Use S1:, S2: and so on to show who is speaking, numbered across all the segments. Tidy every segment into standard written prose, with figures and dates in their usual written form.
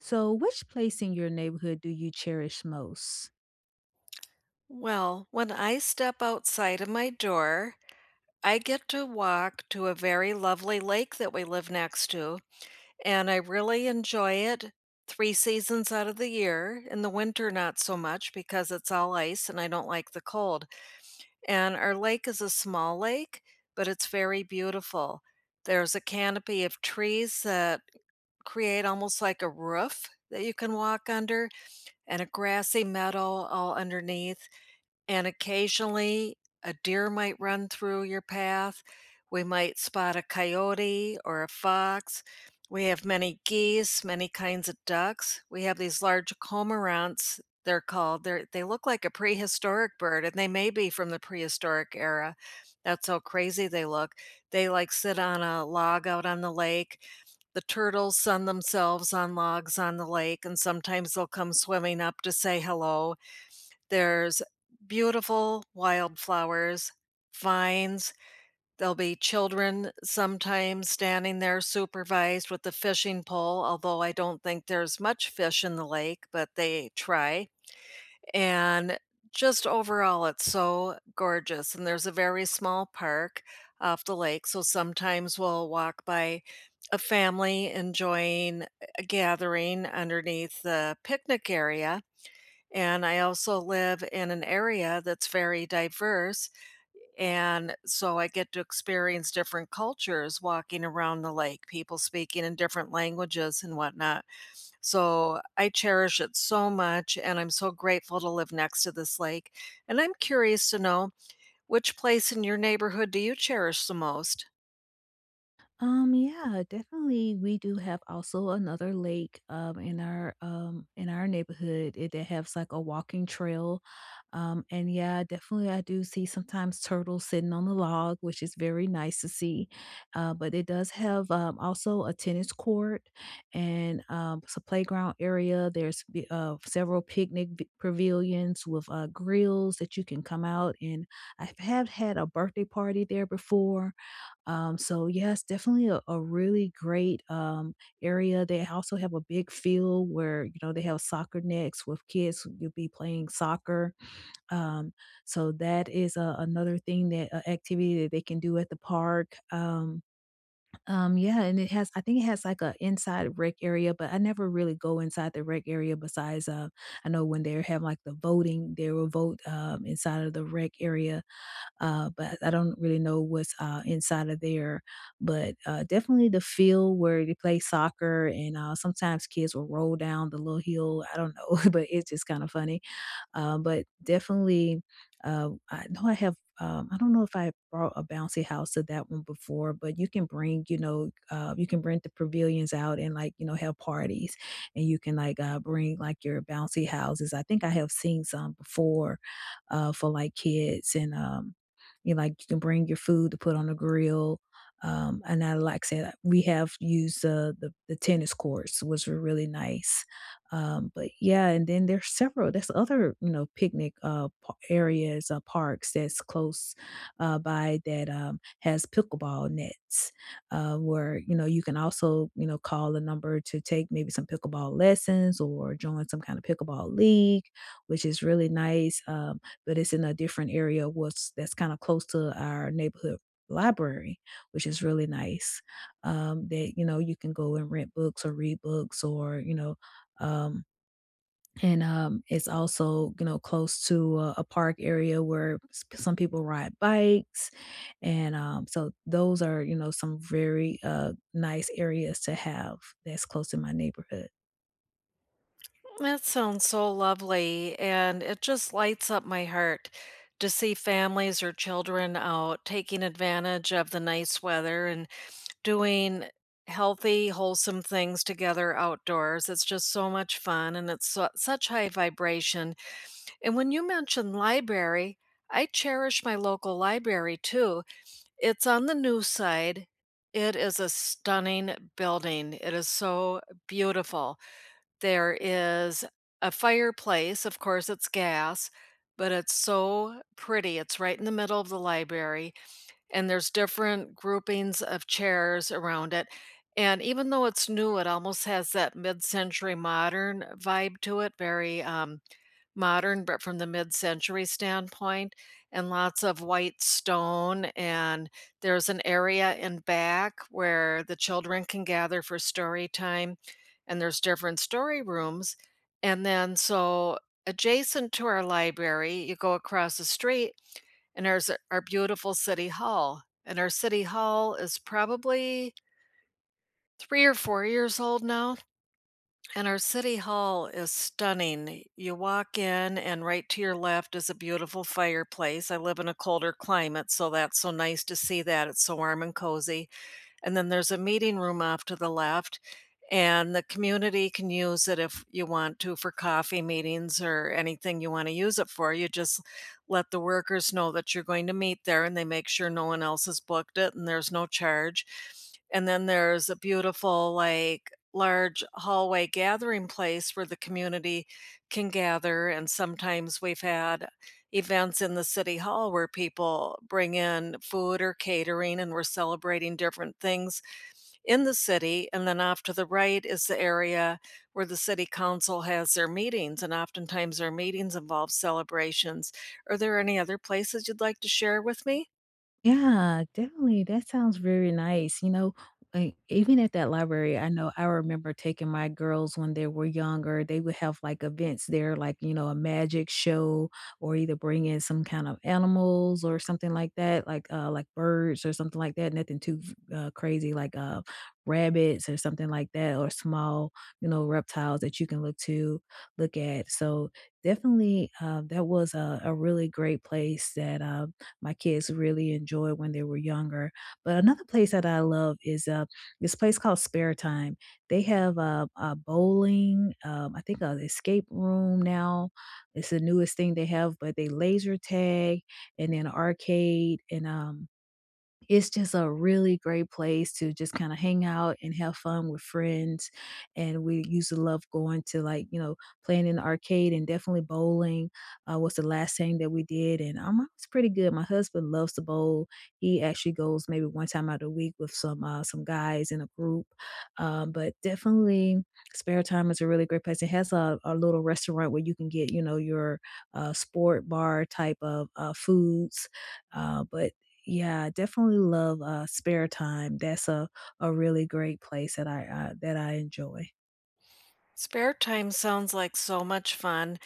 S1: So, which place in your neighborhood do you cherish most?
S2: Well, when I step outside of my door, I get to walk to a very lovely lake that we live next to, and I really enjoy it 3 seasons out of the year. In the winter, not so much because it's all ice and I don't like the cold. And our lake is a small lake, but it's very beautiful. There's a canopy of trees that create almost like a roof that you can walk under, and a grassy meadow all underneath and occasionally a deer might run through your path. We might spot a coyote or a fox. We have many geese, many kinds of ducks. We have these large cormorants, they're called. They're, they look like a prehistoric bird, and they may be from the prehistoric era. That's how crazy they look. They like sit on a log out on the lake. The turtles sun themselves on logs on the lake, and sometimes they'll come swimming up to say hello. There's beautiful wildflowers, vines, there'll be children sometimes standing there supervised with the fishing pole, although I don't think there's much fish in the lake, but they try, and just overall, it's so gorgeous, and there's a very small park off the lake, so sometimes we'll walk by a family enjoying a gathering underneath the picnic area and I also live in an area that's very diverse. And so I get to experience different cultures walking around the lake, people speaking in different languages and whatnot. So I cherish it so much. And I'm so grateful to live next to this lake. And I'm curious to know, which place in your neighborhood do you cherish the most?
S1: Yeah, definitely. We do have also another lake in our neighborhood that has like a walking trail. And yeah, definitely I do see sometimes turtles sitting on the log, which is very nice to see. But it does have also a tennis court and it's a playground area. There's several picnic pavilions with grills that you can come out and I have had a birthday party there before, so yes, definitely a really great area. They also have a big field where you know they have soccer nets with kids. You'll be playing soccer. Um, so that is another thing that, activity that they can do at the park. Yeah, and it has, I think it has like a inside rec area, but I never really go inside the rec area. Besides, I know when they have like the voting, they will vote, inside of the rec area, but I don't really know what's inside of there. But definitely the field where they play soccer, and, sometimes kids will roll down the little hill. I don't know, but it's just kind of funny, but definitely, I know I have. I don't know if I brought a bouncy house to that one before, but you can bring, you know, you can rent the pavilions out and, like, you know, have parties, and you can, like, bring like your bouncy houses. I think I have seen some before, for like kids, and, you know, like you can bring your food to put on the grill, and I, like I said, we have used, the tennis courts, which were really nice. But yeah, and then there's several. There's other, you know, picnic areas, parks that's close by that, has pickleball nets, where you know you can also, you know, call a number to take maybe some pickleball lessons or join some kind of pickleball league, which is really nice. But it's in a different area, what's that's kind of close to our neighborhood library, which is really nice, that you know you can go and rent books or read books, or, you know, um, and it's also, you know, close to a park area where some people ride bikes, and, so those are, you know, some very nice areas to have that's close in my neighborhood.
S2: That sounds so lovely, and it just lights up my heart to see families or children out taking advantage of the nice weather and doing healthy, wholesome things together outdoors. It's just so much fun and it's such high vibration. And when you mentioned library, I cherish my local library too. It's on the new side. It is a stunning building. It is so beautiful. There is a fireplace, of course, it's gas, but it's so pretty. It's right in the middle of the library, and there's different groupings of chairs around it. And even though it's new, it almost has that mid-century modern vibe to it, very, modern, but from the mid-century standpoint, and lots of white stone, and there's an area in back where the children can gather for story time, and there's different story rooms, and then so adjacent to our library, you go across the street, and our beautiful city hall, and our city hall is probably 3 or 4 years old now. And our city hall is stunning. You walk in, and right to your left is a beautiful fireplace. I live in a colder climate, so that's so nice to see that. It's so warm and cozy and then there's a meeting room off to the left. And the community can use it if you want to for coffee meetings or anything you want to use it for. You just let the workers know that you're going to meet there and they make sure no one else has booked it and there's no charge. And then there's a beautiful, like, large hallway gathering place where the community can gather. And sometimes we've had events in the city hall where people bring in food or catering and we're celebrating different things in the city. And then off to the right is the area where the city council has their meetings. And oftentimes their meetings involve celebrations. Are there any other places you'd like to share with me?
S1: Yeah, definitely. That sounds very nice. You know, like, even at that library, I know, I remember taking my girls when they were younger. They would have like events there, like, you know, a magic show, or either bring in some kind of animals or something like that, like birds or something like that. Nothing too crazy, like, rabbits or something like that, or small, you know, reptiles that you can look to look at. So definitely, that was a really great place that, my kids really enjoyed when they were younger. But another place that I love is, this place called Spare Time. They have, bowling, I think an escape room now. It's the newest thing they have, but they laser tag, and then arcade, and, it's just a really great place to just kinda hang out and have fun with friends, and we used to love going to, like, you know, playing in the arcade and definitely bowling, was the last thing that we did, and, I was pretty good. My husband loves to bowl. He actually goes maybe one time out of the week with some guys in a group, but definitely Spare Time is a really great place. It has a little restaurant where you can get, you know, your, sport bar type of, foods, but yeah, definitely love, Spare Time. That's a really great place that I enjoy.
S2: Spare Time sounds like so much fun.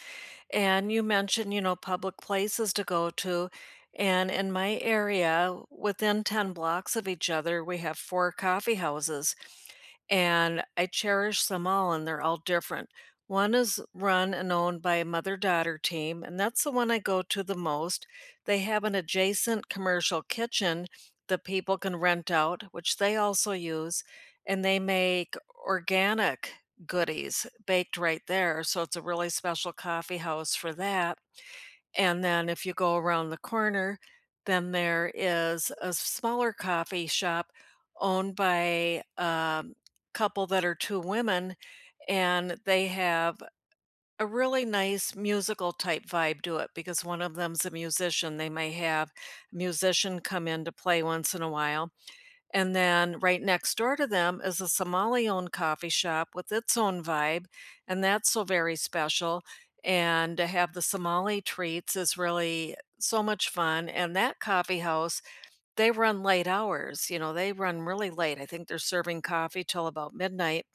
S2: And you mentioned, you know, public places to go to. And in my area, within 10 blocks of each other, we have four coffee houses. And I cherish them all, and they're all different. One is run and owned by a mother daughter team, and that's the one I go to the most. They have an adjacent commercial kitchen that people can rent out, which they also use, and they make organic goodies baked right there, so it's a really special coffee house for that, and then if you go around the corner, then there is a smaller coffee shop owned by a couple that are 2 women, and they have a really nice musical type vibe to it because one of them's a musician. They may have a musician come in to play once in a while and then right next door to them is a Somali-owned coffee shop with its own vibe, and that's so very special, and to have the Somali treats is really so much fun, and that coffee house they run late hours, you know, they run really late. I think they're serving coffee till about midnight,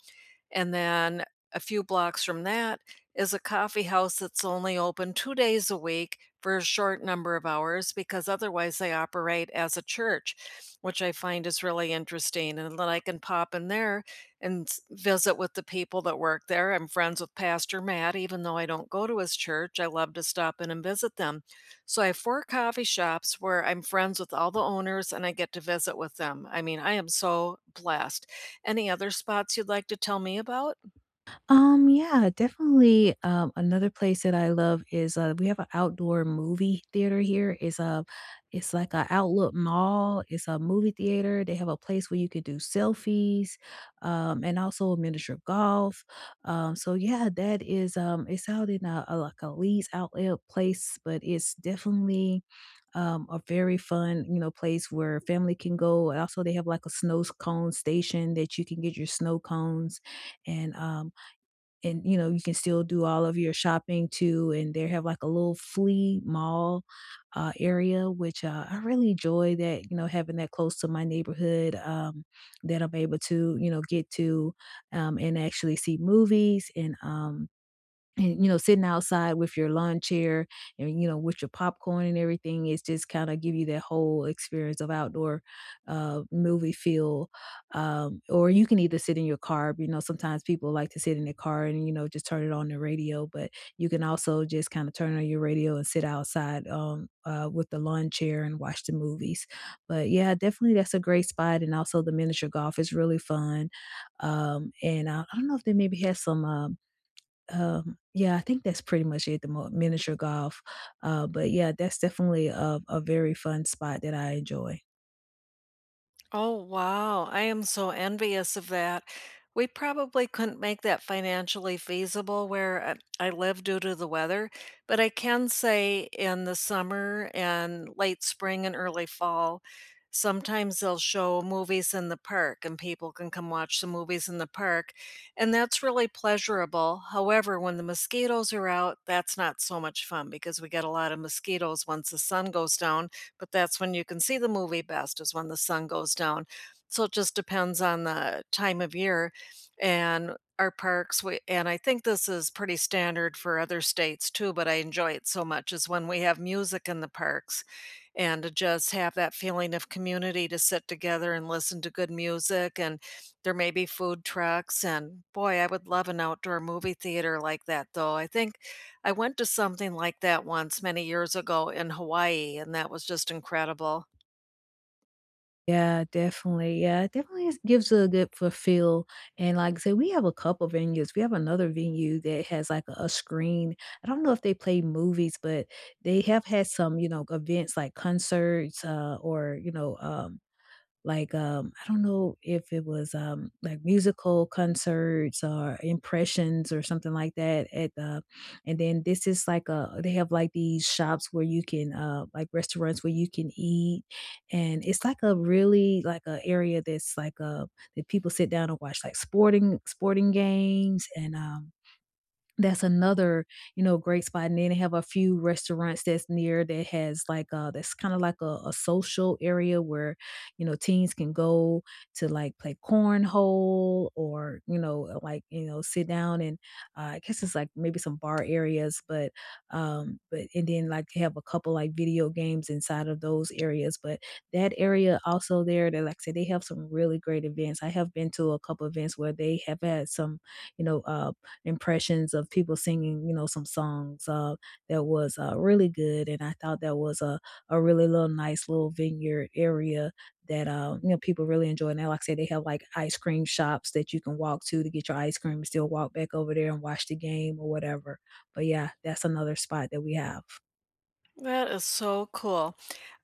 S2: and then a few blocks from that is a coffee house that's only open 2 days a week for a short number of hours because otherwise they operate as a church, which I find is really interesting, and then I can pop in there and s visit with the people that work there. I'm friends with Pastor Matt, even though I don't go to his church, I love to stop in and visit them. So I have four coffee shops where I'm friends with all the owners and I get to visit with them. I mean, I am so blessed. Any other spots you'd like to tell me about?
S1: Yeah, definitely. Another place that I love is, we have an outdoor movie theater here. It's like a outlet mall. It's a movie theater. They have a place where you could do selfies, and also miniature golf. So yeah, that is, it's out in a like a Leeds outlet place, but it's definitely. A very fun, you know, place where family can go. And also, they have like a snow cone station that you can get your snow cones, and and you know you can still do all of your shopping too, and they have like a little flea mall area, which, I really enjoy that, you know, having that close to my neighborhood, that I'm able to, you know, get to, and actually see movies, and and you know, sitting outside with your lawn chair, and, you know, with your popcorn and everything. It's just kind of give you that whole experience of outdoor movie feel, or you can either sit in your car. You know, sometimes people like to sit in their car and, you know, just turn it on the radio. But you can also just kind of turn on your radio and sit outside, with the lawn chair and watch the movies. But yeah, definitely that's a great spot, and also the miniature golf is really fun, and I don't know if they maybe had some yeah, I think that's pretty much it, the mo miniature golf, but yeah, that's definitely a very fun spot that I enjoy.
S2: Oh, wow. I am so envious of that. We probably couldn't make that financially feasible where I live due to the weather, but I can say in the summer and late spring and early fall, sometimes they'll show movies in the park and people can come watch the movies in the park. And that's really pleasurable. However, when the mosquitoes are out, that's not so much fun because we get a lot of mosquitoes once the sun goes down but that's when you can see the movie best is when the sun goes down. So it just depends on the time of year and our parks and I think this is pretty standard for other states too, but I enjoy it so much is when we have music in the parks and to just have that feeling of community to sit together and listen to good music and there may be food trucks and boy, I would love an outdoor movie theater like that. Though I think I went to something like that once many years ago in Hawaii, and that was just incredible.
S1: Yeah, definitely, yeah, it definitely is gives a good fulfill, and like I said, we have a couple venues. We have another venue that has, like, a screen. I don't know if they play movies, but they have had some, you know, events like concerts, or, you know, like, I don't know if it was, like musical concerts or impressions or something like that at the, and then this is like a, they have like these shops where you can, like restaurants where you can eat, and it's like a really like a area that's like, that people sit down and watch like sporting games, and, that's another, you know, great spot. And then they have a few restaurants that's near that has, like, that's kinda like a social area where, you know, teens can go to, like, play cornhole, or, you know, like, you know, sit down and, I guess it's, like, maybe some bar areas. But, but and then, like, they have a couple, like, video games inside of those areas. But that area also there that, like I said, they have some really great events. I have been to a couple events where they have had some, you know, impressions of people singing, you know, some songs, that was, really good. And I thought that was a really little nice little vineyard area that, you know, people really enjoy. And they- like I said, they have like ice cream shops that you can walk to get your ice cream and still walk back over there and watch the game or whatever. But yeah, that's another spot that we have.
S2: That is so cool.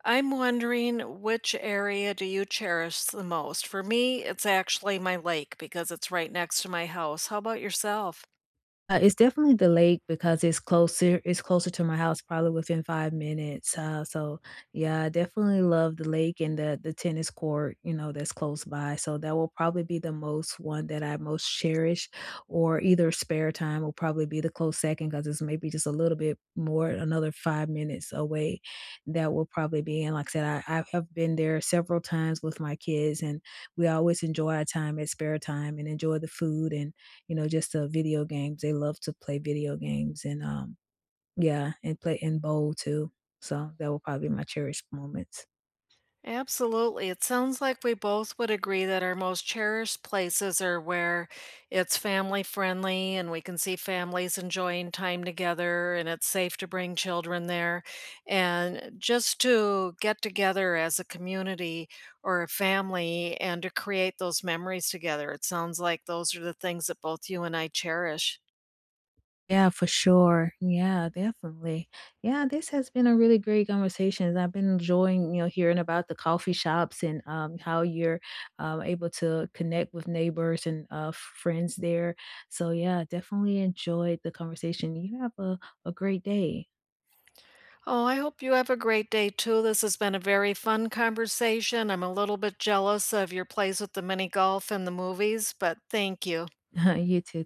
S2: I'm wondering, which area do you cherish the most? For me, it's actually my lake because it's right next to my house. How about yourself?
S1: It's definitely the lake, because it's closer to my house, probably within five minutes, so, yeah, I definitely love the lake and the tennis court, you know, that's close by, so that will probably be the most one that I most cherish, or either Spare Time will probably be the close second because it's maybe just a little bit more, another five minutes away. That will probably be, and like I said, I have been there several times with my kids, and we always enjoy our time at Spare Time and enjoy the food. And you know, just, video games. They love to play video games, and yeah, and play and bowl too. So that will probably be my cherished moments.
S2: Absolutely. It sounds like we both would agree that our most cherished places are where it's family friendly and we can see families enjoying time together and it's safe to bring children there. And just to get together as a community or a family and to create those memories together. It sounds like those are the things that both you and I cherish.
S1: Yeah, for sure. Yeah, definitely. Yeah, this has been a really great conversation. I've been enjoying, you know, hearing about the coffee shops and, how you're, able to connect with neighbors and, friends there. So yeah, definitely enjoyed the conversation. You have a great day.
S2: Oh, I hope you have a great day too. This has been a very fun conversation. I'm a little bit jealous of your plays with the mini golf and the movies, but thank you.
S1: You too.